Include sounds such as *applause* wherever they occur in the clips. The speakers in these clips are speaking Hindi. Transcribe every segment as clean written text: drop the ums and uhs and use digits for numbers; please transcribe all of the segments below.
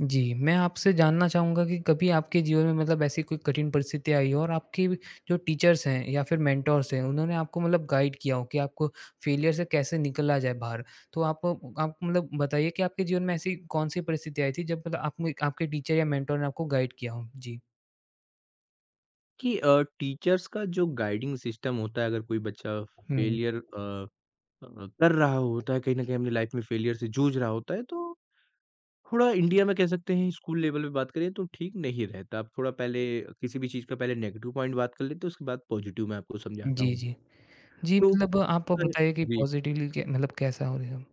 जी, मैं आपसे जानना चाहूँगा कि कभी आपके जीवन में मतलब ऐसी कोई कठिन परिस्थिति आई हो और आपके जो टीचर्स हैं या फिर मेंटोर्स हैं, उन्होंने आपको मतलब गाइड किया हो कि आपको फेलियर से कैसे निकला जाए बाहर। तो आप मतलब बताइए कि आपके जीवन में ऐसी कौन-सी परिस्थिति आई थी जब मतलब आप में आपके टीचर या मेंटोर ने आपको गाइड किया हो? जी। कि टीचर्स का जो गाइडिंग सिस्टम होता है अगर कोई बच्चा हुँ। फेलियर अ, कर रहा होता है, कहीं न कहीं अपनी लाइफ में फेलियर से जूझ रहा होता है, तो थोड़ा इंडिया में कह सकते हैं स्कूल लेवल पे बात करें तो ठीक नहीं रहता। आप थोड़ा पहले किसी भी चीज़ का पहले नेगेटिव पॉइंट बात कर लेते हैं, उसके बाद पॉजिटिव मैं आपको समझाता जी, हूँ। जी। जी, तो मतलब आप क्या- बताइए कि जी, पॉज़िटिवली कै मतलब कैसा हो रहा है?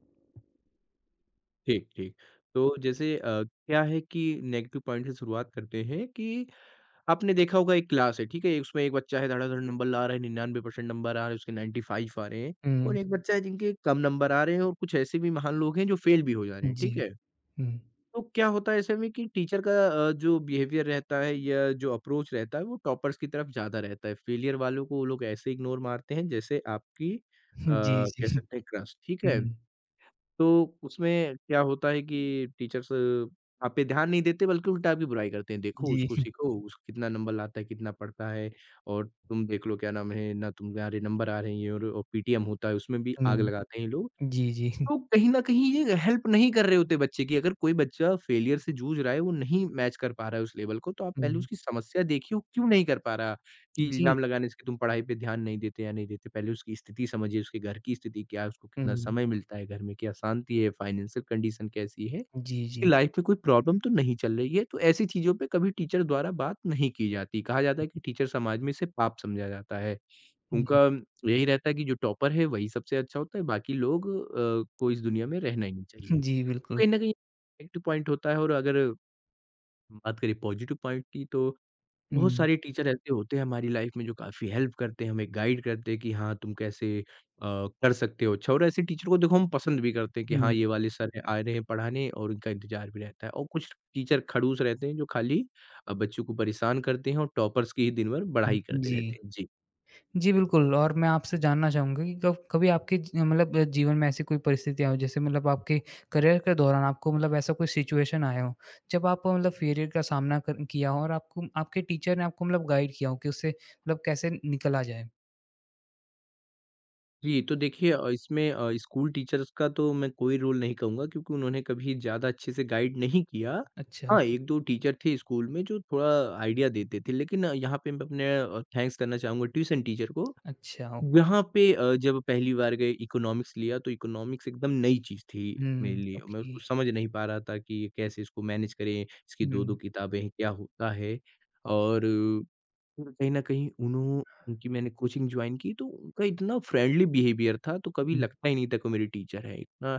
ठीक, ठीक। तो जैसे क्या है कि नेगेटिव पॉइंट से शुरुआत करते हैं कि आपने देखा होगा एक क्लास है, ठीक है? उसमें एक बच्चा है धड़ाधड़ नंबर ला रहा है, 99% नंबर आ रहे हैं, उसके 95 आ रहे हैं और हुँ। एक बच्चा है जिनके कम नंबर आ रहे हैं और कुछ ऐसे भी महान लोग हैं जो फेल भी हो जा रहे हैं, जी। ठीक है? हुँ। तो क्या होता है ऐसे में कि टीचर का जो बिहेवियर रहता है या जो अप्रोच रहता है वो टॉपर्स की तरफ ज़्यादा रहता है। फेलियर वालों को वो लोग ऐसे इग्नोर मारते हैं जैसे आपकी *laughs* जी, कह जी। सकते हैं क्रश, ठीक है? हुँ। तो उसमें क्या होता है कि टीचर्स आप पे ध्यान नहीं देते बल्कि उल्टा आपकी बुराई करते हैं। देखो उसको जी। सीखो, उसको कितना नंबर लाता है, कितना पढ़ता है और तुम देख लो क्या नाम है ना तुम्हारे नंबर आ रहे हैं ये, और पीटीएम होता है उसमें भी आग हुँ। लगाते हैं ये लोग। जी, जी। तो कहीं न कहीं ये हेल्प नहीं कर रहे होते बच्चे की। अगर कोई बच्चा फेलियर से जूझ रहा है, वो नहीं मैच कर पा रहा है उस लेवल को, तो आप पहले हुँ। उसकी समस्या देखिए वो क्यों नहीं कर पा रहा, कि जी। इल्ज़ाम लगाने से कि तुम पढ़ाई पे ध्यान नहीं देते या नहीं देते। पहले उसकी स्थिति समझिए, उसके घर की स्थिति क्या है, उसको कितना हुँ। समय मिलता है, घर में क्या शांति है, फाइनेंशियल कंडीशन कैसी है, जी, उसकी जी। लाइफ में कोई प्रॉब्लम तो नहीं चल रही है। तो ऐसी चीज़ों पे कभी टीचर द्वारा बात नहीं की जाती। कहा जाता है कि टीचर समाज में इसे पाप समझा जाता है। हुँ, उनका यही रहता है कि जो टॉपर है वही सबसे अच्छा होता है, बाकी लोग को इस दुनिया में रहना ही नहीं चाहिए। जी, बिल्कुल। कहीं न कहीं नेगेटिव पॉइंट होता है और अगर बात करें पॉजिटिव पॉइंट की तो बहुत हुँ, सारे टीचर ऐसे होते हैं हमारी लाइफ़ में जो काफ़ी हेल्प करते हैं, हमें गाइड करते हैं कि हाँ, तुम कैसे अ, कर सकते हो अच्छा और ऐसे टीचर को देखो हम पसंद भी करते हैं कि हाँ, हुँ, ये वाले सर आ रहे हैं पढ़ाने और उनका इंतज़ार भी रहता है और कुछ टीचर खड़ूस रहते हैं जो खाली बच्चों को परेशान करते हैं और टॉपर्स की ही दिन भर हुँ, बढ़ाई करते रहते जी। हैं। जी। जी, बिल्कुल और मैं आपसे जानना चाहूँगा कि कब कभी आपके ज मतलब जीवन में ऐसी कोई परिस्थितियाँ हो जैसे मतलब आपके करियर के दौरान आपको मतलब ऐसा कोई सिचुएशन आया हो, जब आप मतलब फेलियर का सामना कर किया हो और आपको आपके टीचर ने आपको मतलब गाइड किया हो कि उससे मतलब कैसे निकला जाए? जी, तो देखिए इसमें स्कूल टीचर्स का तो मैं कोई रोल नहीं कहूँगा क्योंकि उन्होंने कभी ज़्यादा अच्छे से गाइड नहीं किया। अच्छा, हाँ, 1-2 टीचर थे स्कूल में जो थोड़ा आइडिया देते थे, लेकिन यहाँ पे मैं अपने थैंक्स करना चाहूँगा ट्यूशन टीचर को। अच्छा, ओके। यहाँ पे जब पहली बार गए इकोनॉमिक्स लिया तो इकोनॉमिक्स एकदम नई चीज़ थी मेरे हुँ, लिए। मैं उसको ओके। समझ नहीं पा रहा था कि ये कैसे इसको मैनेज करें, इसकी 2-2 हुँ, किताबें हैं, क्या होता है? और फिर कहीं न कहीं उन्हों उनकी मैंने कोचिंग जॉइन की तो उनका इतना फ्रेंडली बिहेवियर था, तो कभी हुँ, लगता ही नहीं था कोई मेरी टीचर है। इतना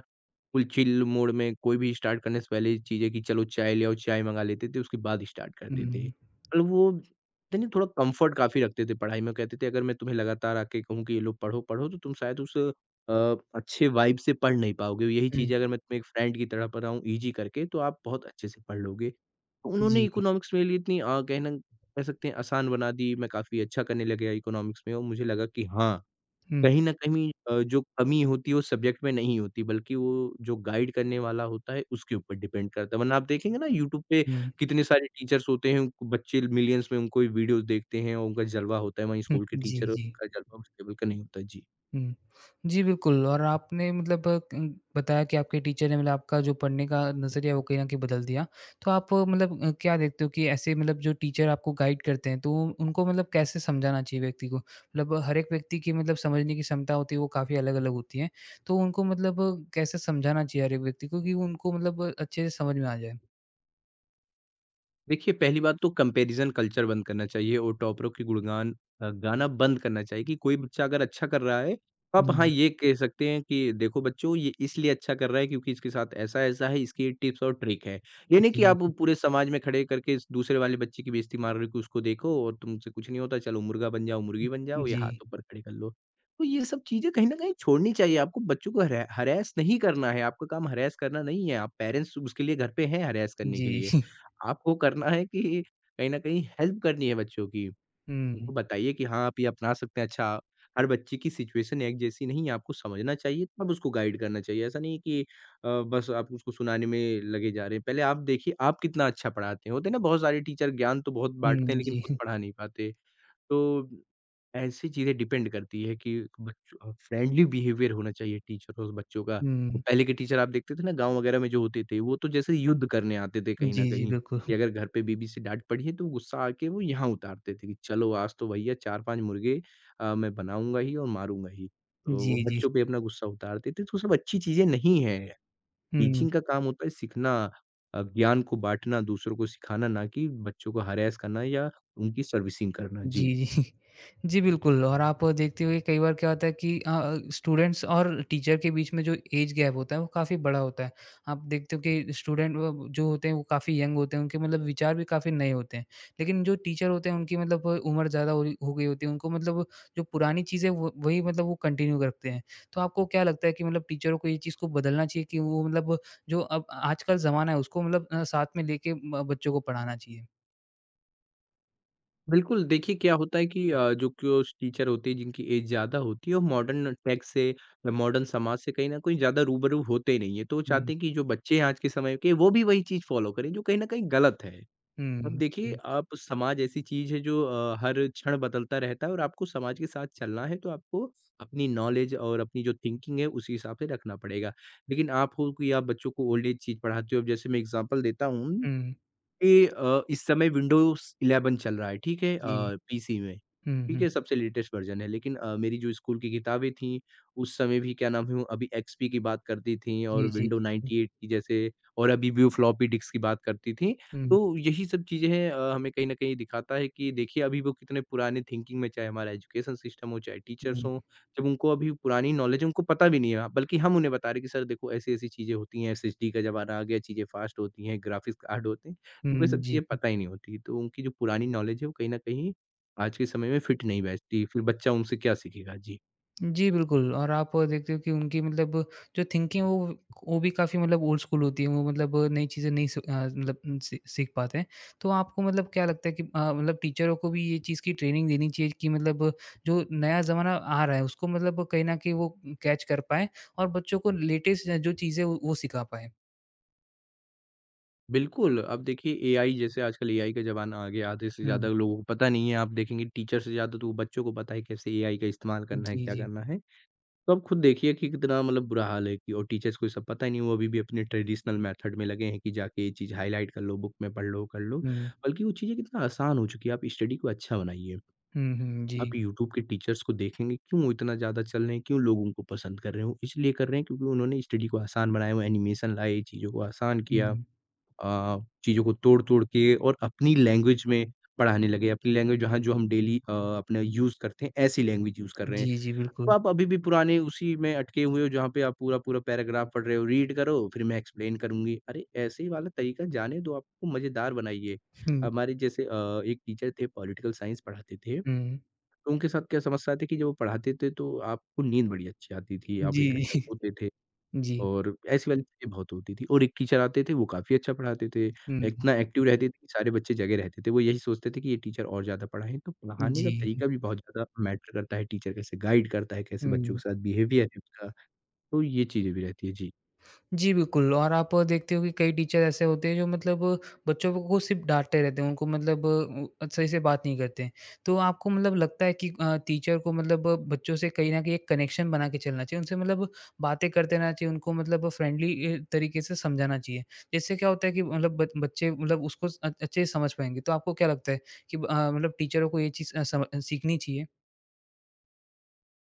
फुल चिल मोड में कोई भी स्टार्ट करने से पहले चीज़ें कि चलो चाय ले आओ, चाय मँगा लेते थे, उसके बाद स्टार्ट करते थे। हुँ, मतलब वो पता नहीं थोड़ा कम्फ़र्ट काफ़ी रखते थे पढ़ाई में, कहते थे अगर मैं तुम्हें लगातार आके कहूँ कि ये लो पढ़ो, पढ़ो तो तुम शायद उस अ, अच्छे वाइब से पढ़ नहीं पाओगे। यही हुँ, चीज़ें अगर मैं तुम्हें एक फ्रेंड की तरह पढ़ाऊँ ईज़ी करके तो आप बहुत अच्छे से पढ़ लोगे। तो उन्होंने जी। इकोनॉमिक्स मेरे लिए इतनी कहना कह सकते हैं आसान बना दी, मैं काफ़ी अच्छा करने लगा इकोनॉमिक्स में और मुझे लगा कि हाँ, हुँ, कहीं न कहीं जो कमी होती है वो सब्जेक्ट में नहीं होती बल्कि वो जो गाइड करने वाला होता है उसके ऊपर डिपेंड करता है वरना आप देखेंगे ना यूट्यूब पे हुँ, कितने सारे टीचर्स होते हैं उनको बच्चे मिलियंस में उनको वीडियोज़ देखते हैं और उनका जलवा होता है वहीं हुँ, स्कूल के जी, टीचर जी। का जलवा उस लेवल का नहीं होता। जी। हुँ। जी, बिल्कुल और आपने मतलब उम, बताया कि आपके टीचर ने मतलब आपका जो पढ़ने का नज़रिया है वो कहीं न कहीं बदल दिया। तो आप मतलब क्या देखते हो कि ऐसे मतलब जो टीचर आपको गाइड करते हैं तो उनको मतलब कैसे समझाना चाहिए व्यक्ति को? मतलब हर एक व्यक्ति की मतलब समझने की क्षमता होती है वो काफ़ी अलग-अलग होती है। तो उनको मतलब कैसे समझाना चाहिए हर एक व्यक्ति को कि उनको मतलब अच्छे से समझ में आ जाए? देखिए, पहली बात तो कंपैरिज़न कल्चर बंद करना चाहिए और टॉपरों की गुणगान गाना बंद करना चाहिए कि कोई बच्चा अगर अच्छा कर रहा है, तो आप हाँ, हुँ, ये कह सकते हैं कि देखो बच्चों ये इसलिए अच्छा कर रहा है क्योंकि इसके साथ ऐसा-ऐसा है, इसकी ये टिप्स और ट्रिक है। ये नहीं जी। कि आप पूरे समाज में खड़े करके इस दूसरे वाले बच्चे की बेइज़्ज़ती मार रहे हो कि उसको देखो और तुमसे कुछ नहीं होता, चलो मुर्गा बन जाओ, मुर्गी बन जाओ या हाथ जी, ऊपर खड़े कर लो। तो ये सब चीज़ें कहीं न कहीं छोड़नी चाहिए, आपको बच्चों को हैरेस नहीं करना है, आपका काम हैरेस करना नहीं है, आप पेरेंट्स उसके लिए घर पे हैं हैरेस करने के जी। लिए। *laughs* आपको करना है कि कहीं न कहीं हेल्प करनी है बच्चों की। हुँ, उनको बताइए कि हाँ, आप ये अपना सकते हैं। अच्छा, हर बच्चे की सिचुएशन एक जैसी नहीं है, आपको समझना चाहिए, तब उसको गाइड करना चाहिए। ऐसा नहीं है कि बस आप उसको सुनाने में लगे जा रहे हैं। पहले आप देखिए, आप कितना अच्छा पढ़ाते हैं। होते हैं ना बहुत सारे टीचर ज्ञान तो बहुत बाँटते हैं, हुँ, लेकिन जी। खुद पढ़ा नहीं पाते। तो ऐसी चीज़ें डिपेंड करती है कि बच्चों फ्रेंडली बिहेवियर होना चाहिए टीचरों और बच्चों का। हुँ, पहले के टीचर आप देखते थे ना गाँव वगैरह में जो होते थे, वो तो जैसे युद्ध करने आते थे कहीं न जी, जी, कहीं, बिल्कुल। कि अगर घर पे बीबी से डाँट पड़ी है तो गुस्सा आके वो यहाँ उतारते थे कि चलो आज तो भैया 4-5 मुर्गे मैं बनाऊँगा ही और मारूँगा ही। तो वो जी, जी। बच्चों पे अपना गुस्सा उतारते थे, तो सब अच्छी चीज़ें नहीं हैं। हुँ। टीचिंग का काम होता है सीखना ज्ञान को बाँटना, दूसरों को सिखाना, ना कि बच्चों को हैरेस करना या उनकी सर्विसिंग करना। जी। जी, जी। *laughs* जी, बिल्कुल और आप देखते होंगे कई बार क्या होता है कि स्टूडेंट्स और टीचर के बीच में जो ऐज गैप होता है वो काफ़ी बड़ा होता है। आप देखते हो कि स्टूडेंट व जो होते हैं वो काफ़ी यंग होते हैं, उनके मतलब विचार भी काफ़ी नए होते हैं। लेकिन जो टीचर होते हैं उनकी मतलब उम्र ज़्यादा हो रही हो गई होती है, उनको मतलब जो पुरानी चीज़ें वो वही मतलब वो कंटिन्यू रखते हैं। तो आपको क्या लगता है कि मतलब टीचरों को ये चीज़ को बदलना चाहिए कि वो मतलब जो अब आजकल ज़माना है उसको मतलब साथ में लेके म बच्चों को पढ़ाना चाहिए? बिल्कुल, देखिए क्या होता है कि जो कुछ टीचर होते हैं जिनकी एज ज़्यादा होती है वो मॉडर्न टेक से मॉडर्न समाज से कहीं न कहीं ज़्यादा रूबरू होते ही नहीं है। तो वो हुँ। चाहते हैं कि जो बच्चे हैं आज के समय के वो भी वही चीज़ फ़ॉलो करें जो कहीं न कहीं गलत है। अब हुँ, देखिए जी। आप समाज ऐसी चीज़ है जो हर क्षण बदलता रहता है और आपको समाज के साथ चलना है तो आपको अपनी नॉलेज और अपनी जो थिंकिंग है उसी हिसाब से रखना पड़ेगा। लेकिन आप हो कि आप बच्चों को ओल्ड एज चीज़ पढ़ाते हो अब जैसे मैं एग्ज़ाम्पल देता हूँ हुँ। ये इस समय विंडोज़ 11 चल रहा है, ठीक है? जी। पीसी में, हुँ, ठीक हुँ। है? सबसे लेटेस्ट वर्ज़न है, लेकिन मेरी जो स्कूल की किताबें थी, उस समय भी क्या नाम है वो अभी एक्सपी की बात करती थी और जी, जी, विंडो जी। 98 की जैसे और अभी भी वो फ्लॉपी डिस्क की बात करती थी। तो हुँ, यही सब चीज़ें हैं हमें कहीं न कहीं दिखाता है कि देखिए अभी वो कितने पुराने थिंकिंग में चाहे हमारा एजुकेशन सिस्टम हो, चाहे हुँ, टीचर्स हुँ, हों, जब उनको अभी पुरानी नॉलेज है उनको पता भी नहीं है, बल्कि हम उन्हें बता रहे हैं कि सर देखो ऐसी-ऐसी चीज़ें होती हैं, एसएसडी का ज़माना आ गया, चीज़ें फ़ास्ट होती हैं, ग्राफिक्स कार्ड होते हैं। उनको ये हुँ, सब जी। चीज़ें पता ही नहीं होती, तो उनकी जो पुरानी नॉलेज है वो कहीं न कहीं आज के समय में फिट नहीं बैठती, फिर बच्चा उनसे क्या सीखेगा? जी। जी, बिल्कुल और आप देखते हो कि उनकी मतलब जो थिंकिंग है वो भी काफ़ी मतलब ओल्ड स्कूल होती है, वो मतलब नई चीज़ें नहीं स अ, मतलब सी सीख पाते हैं। तो आपको मतलब क्या लगता है कि मतलब टीचरों को भी ये चीज़ की ट्रेनिंग देनी चाहिए कि मतलब जो नया ज़माना आ रहा है उसको मतलब कहीं न कहीं वो कैच कर पाएँ और बच्चों को लेटेस्ट जो चीज़ें हैं वो सिखा पाएँ? बिल्कुल, अब देखिए एआई जैसे आजकल एआई का ज़माना आ गया, आधे से हुँ, ज़्यादा हुँ। लोगों को पता नहीं है, आप देखेंगे टीचर से ज़्यादा तो वो बच्चों को पता है कैसे एआई का इस्तेमाल करना है, जी, क्या जी। करना है। तो आप खुद देखिए कि कितना मतलब बुरा हाल है कि और टीचर्स को ये सब पता ही नहीं, वो अभी भी अपने ट्रेडिशनल मेथड में लगे हैं कि जाके ये चीज़ हाइलाइट कर लो, बुक में पढ़ लो, कर लो, हुँ। बल्कि वो चीज़ें कितना आसान हो चुकी है, आप स्टडी को अच्छा बनाइए। हुँ, हुँ, आप जी। यूट्यूब के टीचर्स को देखेंगे क्यों इतना ज़्यादा चल रहे हैं, क्यों लोग उनको पसंद कर रहे हो? इसलिए कर रहे हैं क्योंकि उन्होंने स्टडी को आसान बनाया वो एनिमेशन लाए, चीज़ों को आसान किया हुँ। अ, चीज़ों को तोड़-तोड़ के और अपनी लैंग्वेज में पढ़ाने लगे, अपनी लैंग्वेज जहाँ जो हम डेली अपना यूज़ करते हैं, ऐसी लैंग्वेज यूज़ कर रहे हैं। जी, जी, तो बिल्कुल। आप अभी भी पुराने उसी में अटके हुए हो जहाँ पे आप पूरा-पूरा पैराग्राफ पढ़ रहे हो, रीड करो फिर मैं एक्सप्लेन करूँगी। अरे! ऐसे ही वाला तरीका जाने दो, आपको मज़ेदार बनाइए। हुँ। हमारे जैसे एक टीचर थे पॉलिटिकल साइंस पढ़ाते थे। हुँ। तो उनके साथ क्या समस्या आती है कि जब वो पढ़ाते थे तो आपको नींद बड़ी अच्छी आती थी, आप 1 जी, घंटा सोते थे जी। और ऐसी वाली चीज़ें बहुत होती थी और एक टीचर आते थे वो काफ़ी अच्छा पढ़ाते थे, हुँ, इतना एक्टिव रहते थे कि सारे बच्चे जगे रहते थे। वो यही सोचते थे कि ये टीचर और ज़्यादा पढ़ाएँ, तो पढ़ाने का जी। तरीका भी बहुत ज़्यादा मैटर करता है, टीचर कैसे गाइड करता है, कैसे बच्चों हुँ। के साथ बिहेवियर है उनका, तो ये चीज़ें भी रहती हैं। जी। जी, बिल्कुल और आप देखते हो कि कई टीचर ऐसे होते हैं जो मतलब बच्चों को सिर्फ़ डाँटते रहते हैं, उनको मतलब सही से बात नहीं करते हैं। तो आपको मतलब लगता है कि टीचर को मतलब बच्चों से कहीं न कहीं एक कनेक्शन बना के चलना चाहिए, उनसे मतलब बातें करते रहना चाहिए, उनको मतलब फ्रेंडली तरीके से समझाना चाहिए। जिससे क्या होता है कि मतलब ब बच्चे मतलब उसको अच्छे से समझ पाएँगे। तो आपको क्या लगता है कि मतलब टीचरों को ये चीज़ अ, सम सीखनी चाहिए?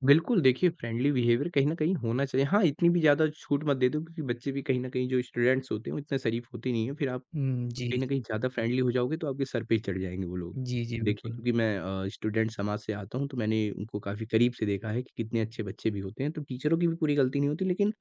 बिल्कुल, देखिए फ्रेंडली बिहेवियर कहीं न कहीं होना चाहिए। हाँ, इतनी भी ज़्यादा छूट मत दे दो क्योंकि बच्चे भी कहीं न कहीं जो स्टूडेंट्स होते हैं वो इतने शरीफ होते नहीं हैं, फिर आप हुँ, कहीं जी। न कहीं ज़्यादा फ्रेंडली हो जाओगे तो आपके सर पे ही चढ़ जाएँगे वो लोग। जी, जी, देखिए बिल्कुल। क्योंकि मैं स्टूडेंट समाज से आता हूँ तो मैंने उनको काफ़ी करीब से देखा है कि कितने अच्छे बच्चे भी होते हैं, तो टीचरों की भी पूरी गलती नहीं होती लेकिन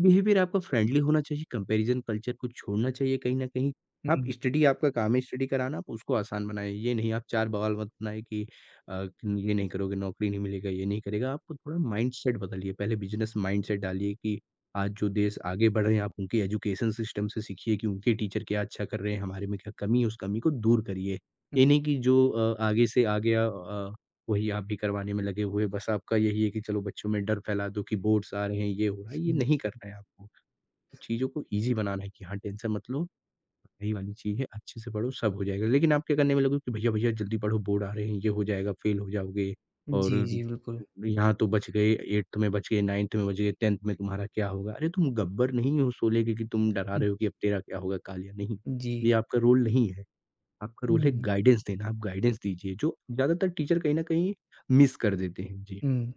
बिहेवियर आपका फ्रेंडली होना चाहिए, कंपैरिज़न कल्चर को छोड़ना चाहिए कहीं न कहीं। आप हुँ, स्टडी आपका काम है स्टडी कराना, आप उसको आसान बनाएँ। ये नहीं आप चार बवाल मत बनाएँ कि ये नहीं करोगे नौकरी नहीं मिलेगा, ये नहीं करेगा। आपको थोड़ा माइंडसेट बदलिए, पहले बिज़नेस माइंडसेट डालिए कि आज जो देश आगे बढ़ रहे हैं, आप उनके एजुकेशन सिस्टम से सीखिए कि उनके टीचर क्या अच्छा कर रहे हैं, हमारे में क्या कमी है, उस कमी को दूर करिए। हुँ, ये नहीं कि जो आगे से आ गया वही आप भी करवाने में लगे हुए, बस आपका यही है कि चलो बच्चों में डर फैला दो कि बोर्ड्स आ रहे हैं, ये हो रहा है, ये हुँ, नहीं करना है आपको। तो चीज़ों को ईज़ी बनाना है कि हाँ, टेंशन मत लो, पढ़ाई वाली चीज़ है, अच्छे से पढ़ो, सब हो जाएगा। लेकिन आप क्या करने में लगे हो कि भैया, भैया जल्दी पढ़ो, बोर्ड आ रहे हैं, ये हो जाएगा, फेल हो जाओगे जी, और जी, बिल्कुल। यहाँ तो बच गए, 8th में बच गए, 9th में बच गए, 10th में तुम्हारा क्या होगा? अरे तुम गब्बर नहीं हो सोले के कि तुम डरा हुँ, रहे हो कि अब तेरा क्या होगा, काल या नहीं। जी, ये आपका रोल नहीं है। आपका रोल है हुँ, गाइडेंस देना, आप गाइडेंस दीजिए, जो ज़्यादातर टीचर कहीं न कहीं मिस कर देते हैं। जी। हुँ।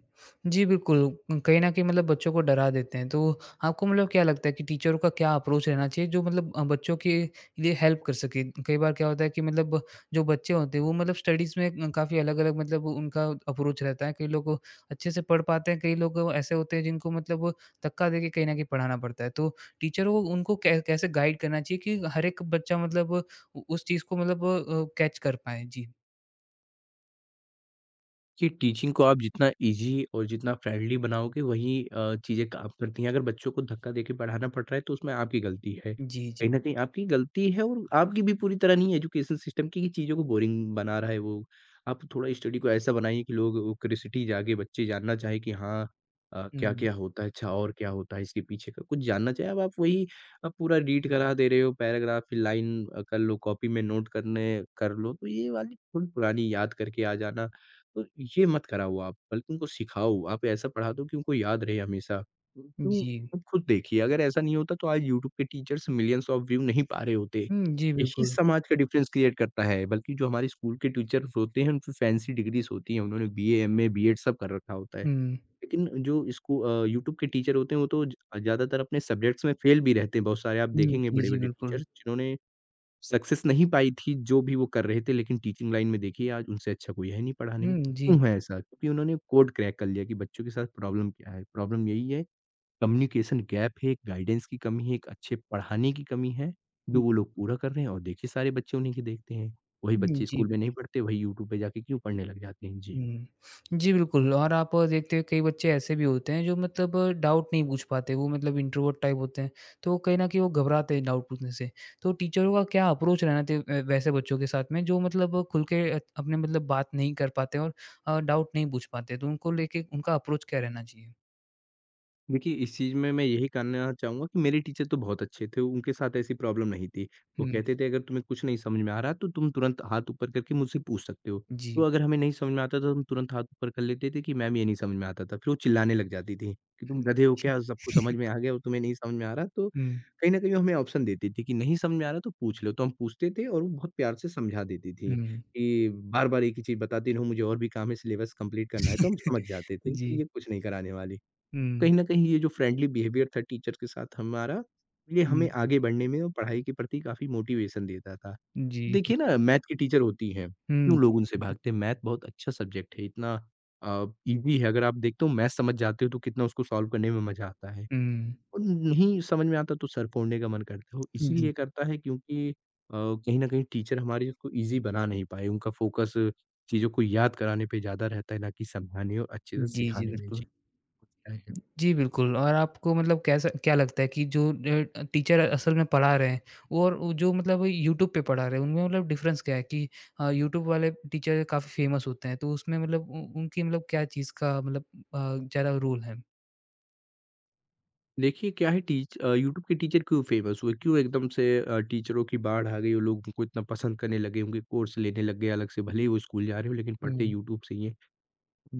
जी, बिल्कुल, कहीं न कहीं मतलब बच्चों को डरा देते हैं, तो आपको मतलब क्या लगता है कि टीचरों का क्या अप्रोच रहना चाहिए जो मतलब बच्चों के लिए हेल्प कर सके? कई बार क्या होता है कि मतलब जो बच्चे होते हैं वो मतलब स्टडीज़ में काफ़ी अलग-अलग मतलब उनका अप्रोच रहता है, कई लोग अच्छे से पढ़ पाते हैं, कई लोग ऐसे होते हैं जिनको मतलब धक्का देके कहीं न कहीं पढ़ाना पड़ता है। तो टीचरों को उनको कै कैसे गाइड करना चाहिए कि हर एक बच्चा मतलब उ उस चीज़ को मतलब कैच कर पाएँ? जी। कि टीचिंग को आप जितना ईज़ी और जितना फ्रेंडली बनाओगे वही चीज़ें काम करती हैं। अगर बच्चों को धक्का देके पढ़ाना पड़ रहा है तो उसमें आपकी गलती है। जी, जी। कहीं न कहीं आपकी गलती है और आपकी भी पूरी तरह नहीं है एजुकेशन सिस्टम की कि चीज़ों को बोरिंग बना रहा है वो। आप थोड़ा स्टडी को ऐसा बनाइए कि लोग वो क्यूरियोसिटी जागे, बच्चे जानना चाहें कि हाँ हुँ। क्या-क्या होता है? अच्छा और क्या होता है इसके पीछे का? कुछ जानना चाहें। अब आप वही पूरा रीड करा दे रहे हो पैराग्राफ फिर लाइन कर लो, कॉपी में नोट करने कर लो। तो ये वाली थोड़ी पुरानी याद करके आ जाना तो ये मत कराओ आप, बल्कि उनको सिखाओ, आप ऐसा पढ़ा दो कि उनको याद रहे हमेशा। क्यों जी। आप खुद देखिए, अगर ऐसा नहीं होता तो आज यूट्यूब पे टीचर्स मिलियंस ऑफ व्यू नहीं पा रहे होते। हुँ, जी, यही बिल्कुल। समाज का डिफरेंस क्रिएट करता है, बल्कि जो हमारे स्कूल के टीचर्स होते हैं, उन पे फैंसी डिग्रीज़ होती हैं, उन्होंने बीए, एमए, बीएड सब कर रखा होता है। हुँ। लेकिन जो इसको यूट्यूब के टीचर होते हैं, वो तो ज ज़्यादातर अपने सब्जेक्ट्स में फेल भी रहते हैं, बहुत सारे आप हुँ, देखेंगे जी, जी, बड़े-बड़े बिल्कुल। टीचर्स जिन्होंने सक्सेस नहीं पाई थी, जो भी वो कर रहे थे, लेकिन टीचिंग लाइन में देखिए आज उनसे अच्छा कोई है नहीं पढ़ाने में। हुँ, तो जी। क्यों है ऐसा? क्योंकि उन्होंने कोड क्रैक कर लिया कि बच्चों के साथ प्रॉब्लम क्या है। प्रॉब्लम यही है, कम्युनिकेशन गैप है, गाइडेंस की कमी है, एक अच्छे पढ़ाने की कमी है, जो हुँ, वो लोग पूरा कर रहे हैं और देखिए सारे बच्चे उन्हीं की देखते हैं। वही हुँ, बच्चे जी, स्कूल में बिल्कुल। नहीं पढ़ते, वही यूट्यूब पे जाके क्यों पढ़ने लग जाते हैं। जी। हुँ। जी, बिल्कुल और आप देखते हैं कई बच्चे ऐसे भी होते हैं जो मतलब डाउट नहीं पूछ पाते, वो मतलब इंट्रोवर्ट टाइप होते हैं, तो कहीं न कहीं वो घबराते हैं डाउट पूछने से। तो टीचरों का क्या अप्रोच रहना चाहिए वैसे बच्चों के साथ में जो मतलब खुल के अपने मतलब बात नहीं कर पाते और डाउट नहीं पूछ पाते, तो उनको लेके उनका अप्रोच क्या रहना चाहिए? देखिए, इस चीज़ में मैं यही कहना चाहूँगा कि मेरे टीचर तो बहुत अच्छे थे, उनके साथ ऐसी प्रॉब्लम नहीं थी। वो हुँ, कहते थे अगर तुम्हें कुछ नहीं समझ में आ रहा तो तुम तुरंत हाथ ऊपर करके मुझसे पूछ सकते हो। तो जी। अगर हमें नहीं समझ में आता तो हम तुरंत हाथ ऊपर कर लेते थे कि मैम ये नहीं समझ में आता था। फिर वो चिल्लाने लग जाती थी कि तुम गधे हो क्या? सबको समझ में आ गया और तुम्हें नहीं समझ में आ रहा? तो हुँ, कहीं न कहीं वो हमें ऑप्शन देती थी कि नहीं समझ में आ रहा तो पूछ लो। तो हम पूछते थे और वो बहुत प्यार से समझा देती थी हुँ। कि बार-बार एक ही चीज़ बताती रहूँ मुझे और भी काम है सिलेबस कंप्लीट करना है। तो हम समझ *laughs* जाते थे जी। कि ये कुछ नहीं कराने वाली। हुँ, कहीं न कहीं ये जो फ्रेंडली बिहेवियर था टीचर के साथ हमारा, ये हमें हुँ। आगे बढ़ने में और पढ़ाई के प्रति काफ़ी मोटिवेशन देता था। जी। देखिए ना मैथ की टीचर होती हैं, हुँ, क्यों लोग उनसे जी, जी। भागते हैं? मैथ बहुत अच्छा सब्जेक्ट है, इतना ईज़ी है अगर आप देखते हो मैथ समझ जाते हो तो कितना उसको सॉल्व करने में मज़ा आता है हुँ। और नहीं समझ में आता तो सर फोड़ने का मन करता है। वो जी। इसीलिए करता है क्योंकि कहीं न कहीं टीचर हमारे उसको ईज़ी बना नहीं पाए, उनका फोकस चीज़ों को याद कराने पे ज़्यादा रहता है ना कि समझाने और अच्छे से जी, जी, सिखाने में। जी। बिल्कुल। जी, बिल्कुल और आपको मतलब कैसा क्या लगता है कि जो टीचर असल में पढ़ा रहे हैं वो और वो जो मतलब यूट्यूब पे पढ़ा रहे हैं, उनमें मतलब डिफ़रेंस क्या है कि यूट्यूब वाले टीचर काफ़ी फ़ेमस होते हैं, तो उसमें मतलब उ उनकी मतलब क्या चीज़ का मतलब ज़्यादा रोल है? देखिए क्या है यूट्यूब के टीचर क्यों फ़ेमस हुए? क्यों एकदम से टीचरों की बाढ़ आ गई और लोग उनको इतना पसंद करने लगे, उनके कोर्स लेने लग गए अलग से, भले ही वो स्कूल जा रहे हो लेकिन पढ़ते हुँ। यूट्यूब से ही हैं।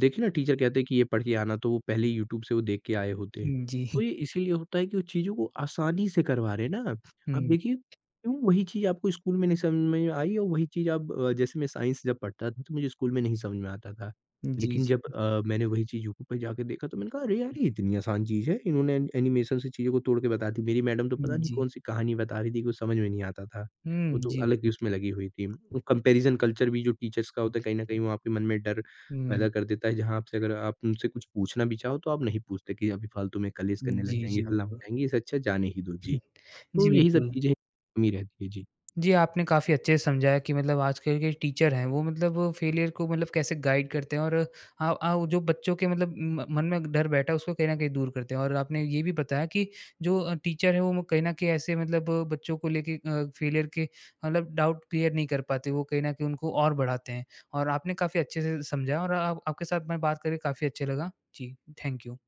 देखिए ना टीचर कहते हैं कि ये पढ़ के आना तो वो पहले ही यूट्यूब से वो देख के आए होते हैं। तो जी। ये इसीलिए होता है कि वो चीज़ों को आसानी से करवा रहे हैं ना। अब हुँ। देखिए क्यों वही चीज़ आपको स्कूल में नहीं समझ में आई और वही चीज़ अब जैसे मैं साइंस जब पढ़ता था तो मुझे स्कूल में नहीं समझ में आता था। जी, लेकिन जी। जब मैंने वही चीज़ यूट्यूब पे जाके देखा तो मैंने कहा अरे यार ये इतनी आसान चीज़ है, इन्होंने एन एनिमेशन से चीज़ों को तोड़ के बता दी। मेरी मैडम तो पता नहीं जी। कौन-सी कहानी बता रही थी कुछ समझ में नहीं आता था। वो हुँ, तो जी, अलग ही बिल्कुल। उसमें लगी हुई थी। कंपैरिज़न कल्चर भी जो टीचर्स का होता है कहीं न कहीं वो आपके मन में डर हुँ। पैदा कर देता है, जहाँ आपसे अगर आप उनसे कुछ पूछना भी चाहो तो आप नहीं पूछते कि अभी फ़ालतू में कलेश करने लग जी, जाएँगे, जी, हल्ला बिल्कुल। मचाएँगे, इससे अच्छा जाने ही दो। जी, *laughs* तो जी, यही सब बिल्कुल। चीज़ें कमी रहती है। जी। जी, आपने काफ़ी अच्छे से समझाया कि मतलब आजकल के टीचर हैं, वो मतलब फेलियर को मतलब कैसे गाइड करते हैं और आ आ वो जो बच्चों के मतलब म मन में डर बैठा है, उसको कहीं न कहीं दूर करते हैं। और आपने ये भी बताया कि जो टीचर हैं, वो कहीं न कहीं ऐसे मतलब बच्चों को लेके फेलियर के मतलब डाउट क्लियर नहीं कर पाते, वो कहीं न कहीं उनको और बढ़ाते हैं। और आपने काफ़ी अच्छे से समझाया और आप आपके साथ मैं बात करके काफ़ी अच्छा लगा। जी, थैंक यू।